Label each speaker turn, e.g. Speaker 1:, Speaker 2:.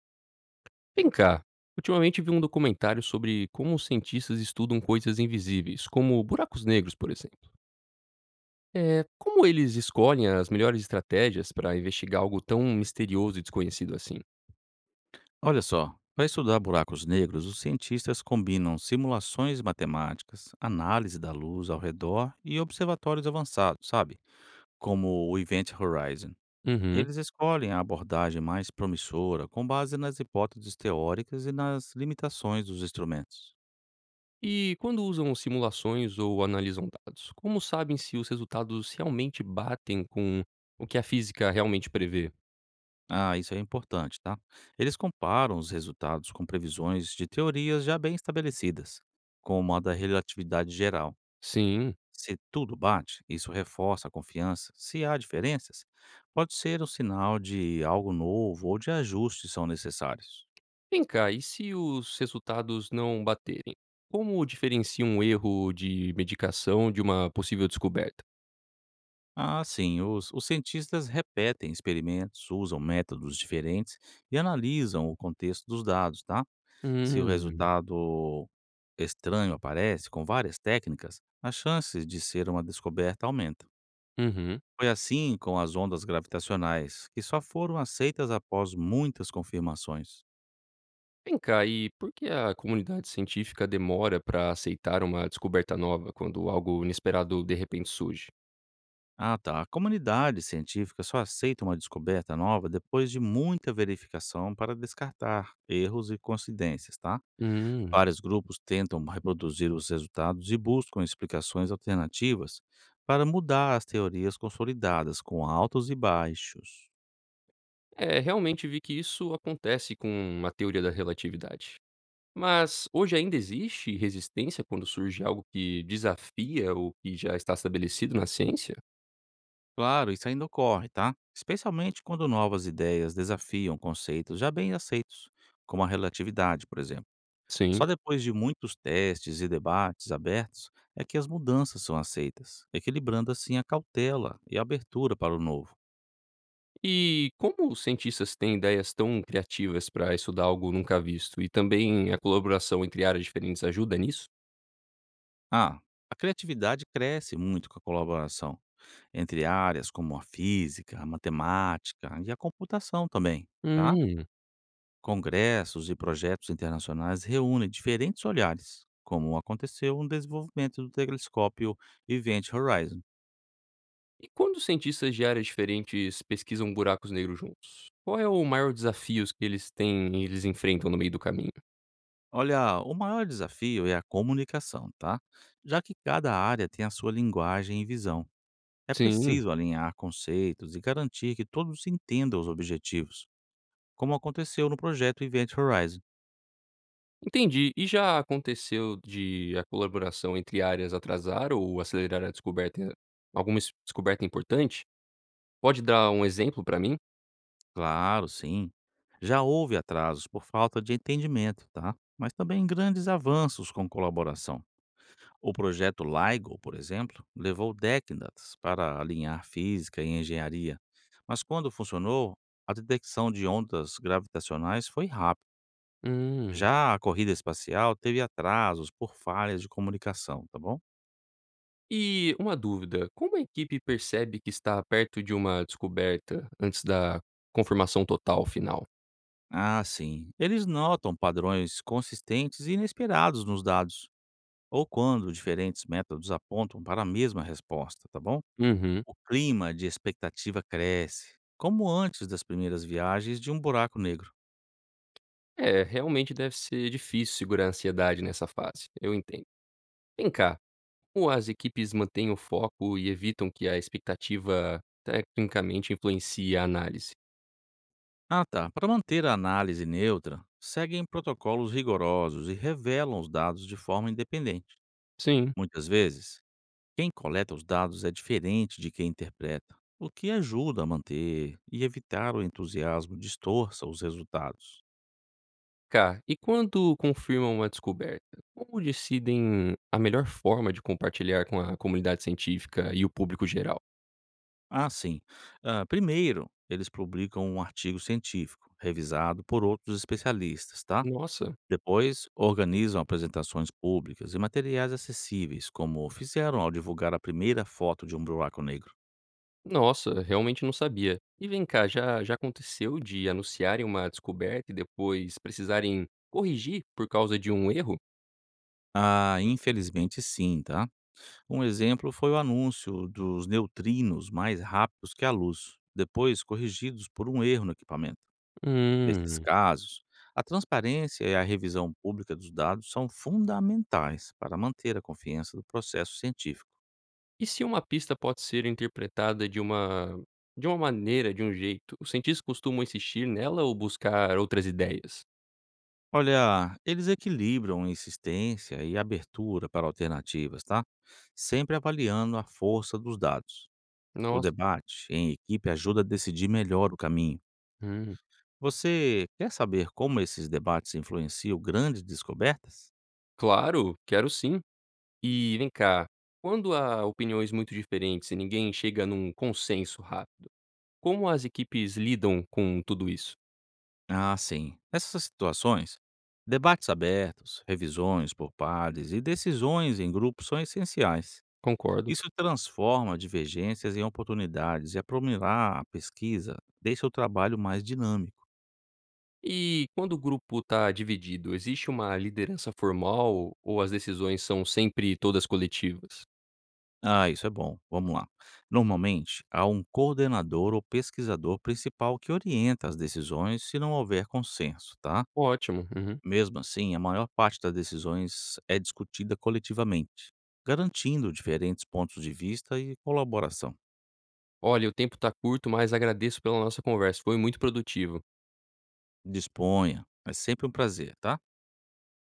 Speaker 1: Vem cá, ultimamente vi um documentário sobre como os cientistas estudam coisas invisíveis, como buracos negros, por exemplo. É, como eles escolhem as melhores estratégias para investigar algo tão misterioso e desconhecido assim?
Speaker 2: Olha só, para estudar buracos negros, os cientistas combinam simulações matemáticas, análise da luz ao redor e observatórios avançados, sabe? Como o Event Horizon.
Speaker 1: Uhum.
Speaker 2: Eles escolhem a abordagem mais promissora com base nas hipóteses teóricas e nas limitações dos instrumentos.
Speaker 1: E quando usam simulações ou analisam dados, como sabem se os resultados realmente batem com o que a física realmente prevê?
Speaker 2: Ah, isso é importante, tá? Eles comparam os resultados com previsões de teorias já bem estabelecidas, como a da relatividade geral.
Speaker 1: Sim.
Speaker 2: Se tudo bate, isso reforça a confiança. Se há diferenças, pode ser um sinal de algo novo ou de ajustes são necessários.
Speaker 1: Vem cá, e se os resultados não baterem? Como diferencia um erro de medicação de uma possível descoberta?
Speaker 2: Assim, os cientistas repetem experimentos, usam métodos diferentes e analisam o contexto dos dados, tá? Se o
Speaker 1: Hum,
Speaker 2: resultado estranho aparece com várias técnicas, as chances de ser uma descoberta aumentam.
Speaker 1: uhum.
Speaker 2: Foi assim com as ondas gravitacionais, que só foram aceitas após muitas confirmações.
Speaker 1: Vem cá, e por que a comunidade científica demora para aceitar uma descoberta nova quando algo inesperado de repente surge?
Speaker 2: Ah, tá. A comunidade científica só aceita uma descoberta nova depois de muita verificação para descartar erros e coincidências, tá?
Speaker 1: Hum.
Speaker 2: Vários grupos tentam reproduzir os resultados e buscam explicações alternativas para mudar as teorias consolidadas, com altos e baixos.
Speaker 1: É, realmente vi que isso acontece com a teoria da relatividade. Mas hoje ainda existe resistência quando surge algo que desafia o que já está estabelecido na ciência?
Speaker 2: Claro, isso ainda ocorre, tá? Especialmente quando novas ideias desafiam conceitos já bem aceitos, como a relatividade, por exemplo.
Speaker 1: Sim.
Speaker 2: Só depois de muitos testes e debates abertos é que as mudanças são aceitas, equilibrando assim a cautela e a abertura para o novo.
Speaker 1: E como os cientistas têm ideias tão criativas para estudar algo nunca visto? E também a colaboração entre áreas diferentes ajuda nisso?
Speaker 2: Ah, a criatividade cresce muito com a colaboração entre áreas como a física, a matemática e a computação também, tá?
Speaker 1: Hum.
Speaker 2: Congressos e projetos internacionais reúnem diferentes olhares, como aconteceu no desenvolvimento do telescópio Event Horizon.
Speaker 1: E quando cientistas de áreas diferentes pesquisam buracos negros juntos, qual é o maior desafio que eles têm e eles enfrentam no meio do caminho?
Speaker 2: Olha, o maior desafio é a comunicação, tá? Já que cada área tem a sua linguagem e visão. É
Speaker 1: Sim,
Speaker 2: preciso alinhar conceitos e garantir que todos entendam os objetivos, como aconteceu no projeto Event Horizon.
Speaker 1: entendi. E já aconteceu de a colaboração entre áreas atrasar ou acelerar a descoberta, descoberta importante? Pode dar um exemplo para mim?
Speaker 2: Claro, sim. Já houve atrasos por falta de entendimento, tá? Mas também grandes avanços com colaboração. O projeto LIGO, por exemplo, levou décadas para alinhar física e engenharia, mas quando funcionou, a detecção de ondas gravitacionais foi rápida.
Speaker 1: Hum.
Speaker 2: Já a corrida espacial teve atrasos por falhas de comunicação, tá bom?
Speaker 1: E uma dúvida, como a equipe percebe que está perto de uma descoberta antes da confirmação total final?
Speaker 2: Ah, sim. Eles notam padrões consistentes e inesperados nos dados, ou quando diferentes métodos apontam para a mesma resposta, tá bom?
Speaker 1: Uhum.
Speaker 2: O clima de expectativa cresce, como antes das primeiras viagens de um buraco negro.
Speaker 1: É, realmente deve ser difícil segurar a ansiedade nessa fase, eu entendo. Vem cá, como as equipes mantêm o foco e evitam que a expectativa tecnicamente influencie a análise?
Speaker 2: Ah, tá. Para manter a análise neutra, seguem protocolos rigorosos e revelam os dados de forma independente.
Speaker 1: Sim.
Speaker 2: Muitas vezes, quem coleta os dados é diferente de quem interpreta, o que ajuda a manter e evitar o entusiasmo distorça os resultados.
Speaker 1: Cá, e quando confirmam uma descoberta, como decidem a melhor forma de compartilhar com a comunidade científica e o público geral?
Speaker 2: Ah, sim. Ah, primeiro, eles publicam um artigo científico, revisado por outros especialistas, tá?
Speaker 1: Nossa,
Speaker 2: Depois, organizam apresentações públicas e materiais acessíveis, como fizeram ao divulgar a primeira foto de um buraco negro.
Speaker 1: nossa, realmente não sabia. E vem cá, já aconteceu de anunciarem uma descoberta e depois precisarem corrigir por causa de um erro?
Speaker 2: Ah, infelizmente sim, tá? Um exemplo foi o anúncio dos neutrinos mais rápidos que a luz, depois corrigidos por um erro no equipamento. Nesses
Speaker 1: Hum.
Speaker 2: casos, a transparência e a revisão pública dos dados são fundamentais para manter a confiança do processo científico.
Speaker 1: E se uma pista pode ser interpretada de uma maneira, de um jeito, os cientistas costumam insistir nela ou buscar outras ideias?
Speaker 2: Olha, eles equilibram insistência e abertura para alternativas, tá? Sempre avaliando a força dos dados. O
Speaker 1: Nossa.
Speaker 2: debate em equipe ajuda a decidir melhor o caminho.
Speaker 1: Hum.
Speaker 2: Você quer saber como esses debates influenciam grandes descobertas?
Speaker 1: Claro, quero sim. E vem cá, quando há opiniões muito diferentes e ninguém chega num consenso rápido, como as equipes lidam com tudo isso?
Speaker 2: Ah, sim. Nessas situações, debates abertos, revisões por pares e decisões em grupos são essenciais.
Speaker 1: Concordo.
Speaker 2: Isso transforma divergências em oportunidades e aprimorar a pesquisa deixa o trabalho mais dinâmico.
Speaker 1: E quando o grupo está dividido, existe uma liderança formal ou as decisões são sempre todas coletivas?
Speaker 2: Ah, isso é bom. Vamos lá. Normalmente, há um coordenador ou pesquisador principal que orienta as decisões se não houver consenso, tá?
Speaker 1: Ótimo. Uhum.
Speaker 2: Mesmo assim, a maior parte das decisões é discutida coletivamente, garantindo diferentes pontos de vista e colaboração.
Speaker 1: Olha, o tempo está curto, mas agradeço pela nossa conversa. Foi muito produtivo.
Speaker 2: Disponha, é sempre um prazer, tá?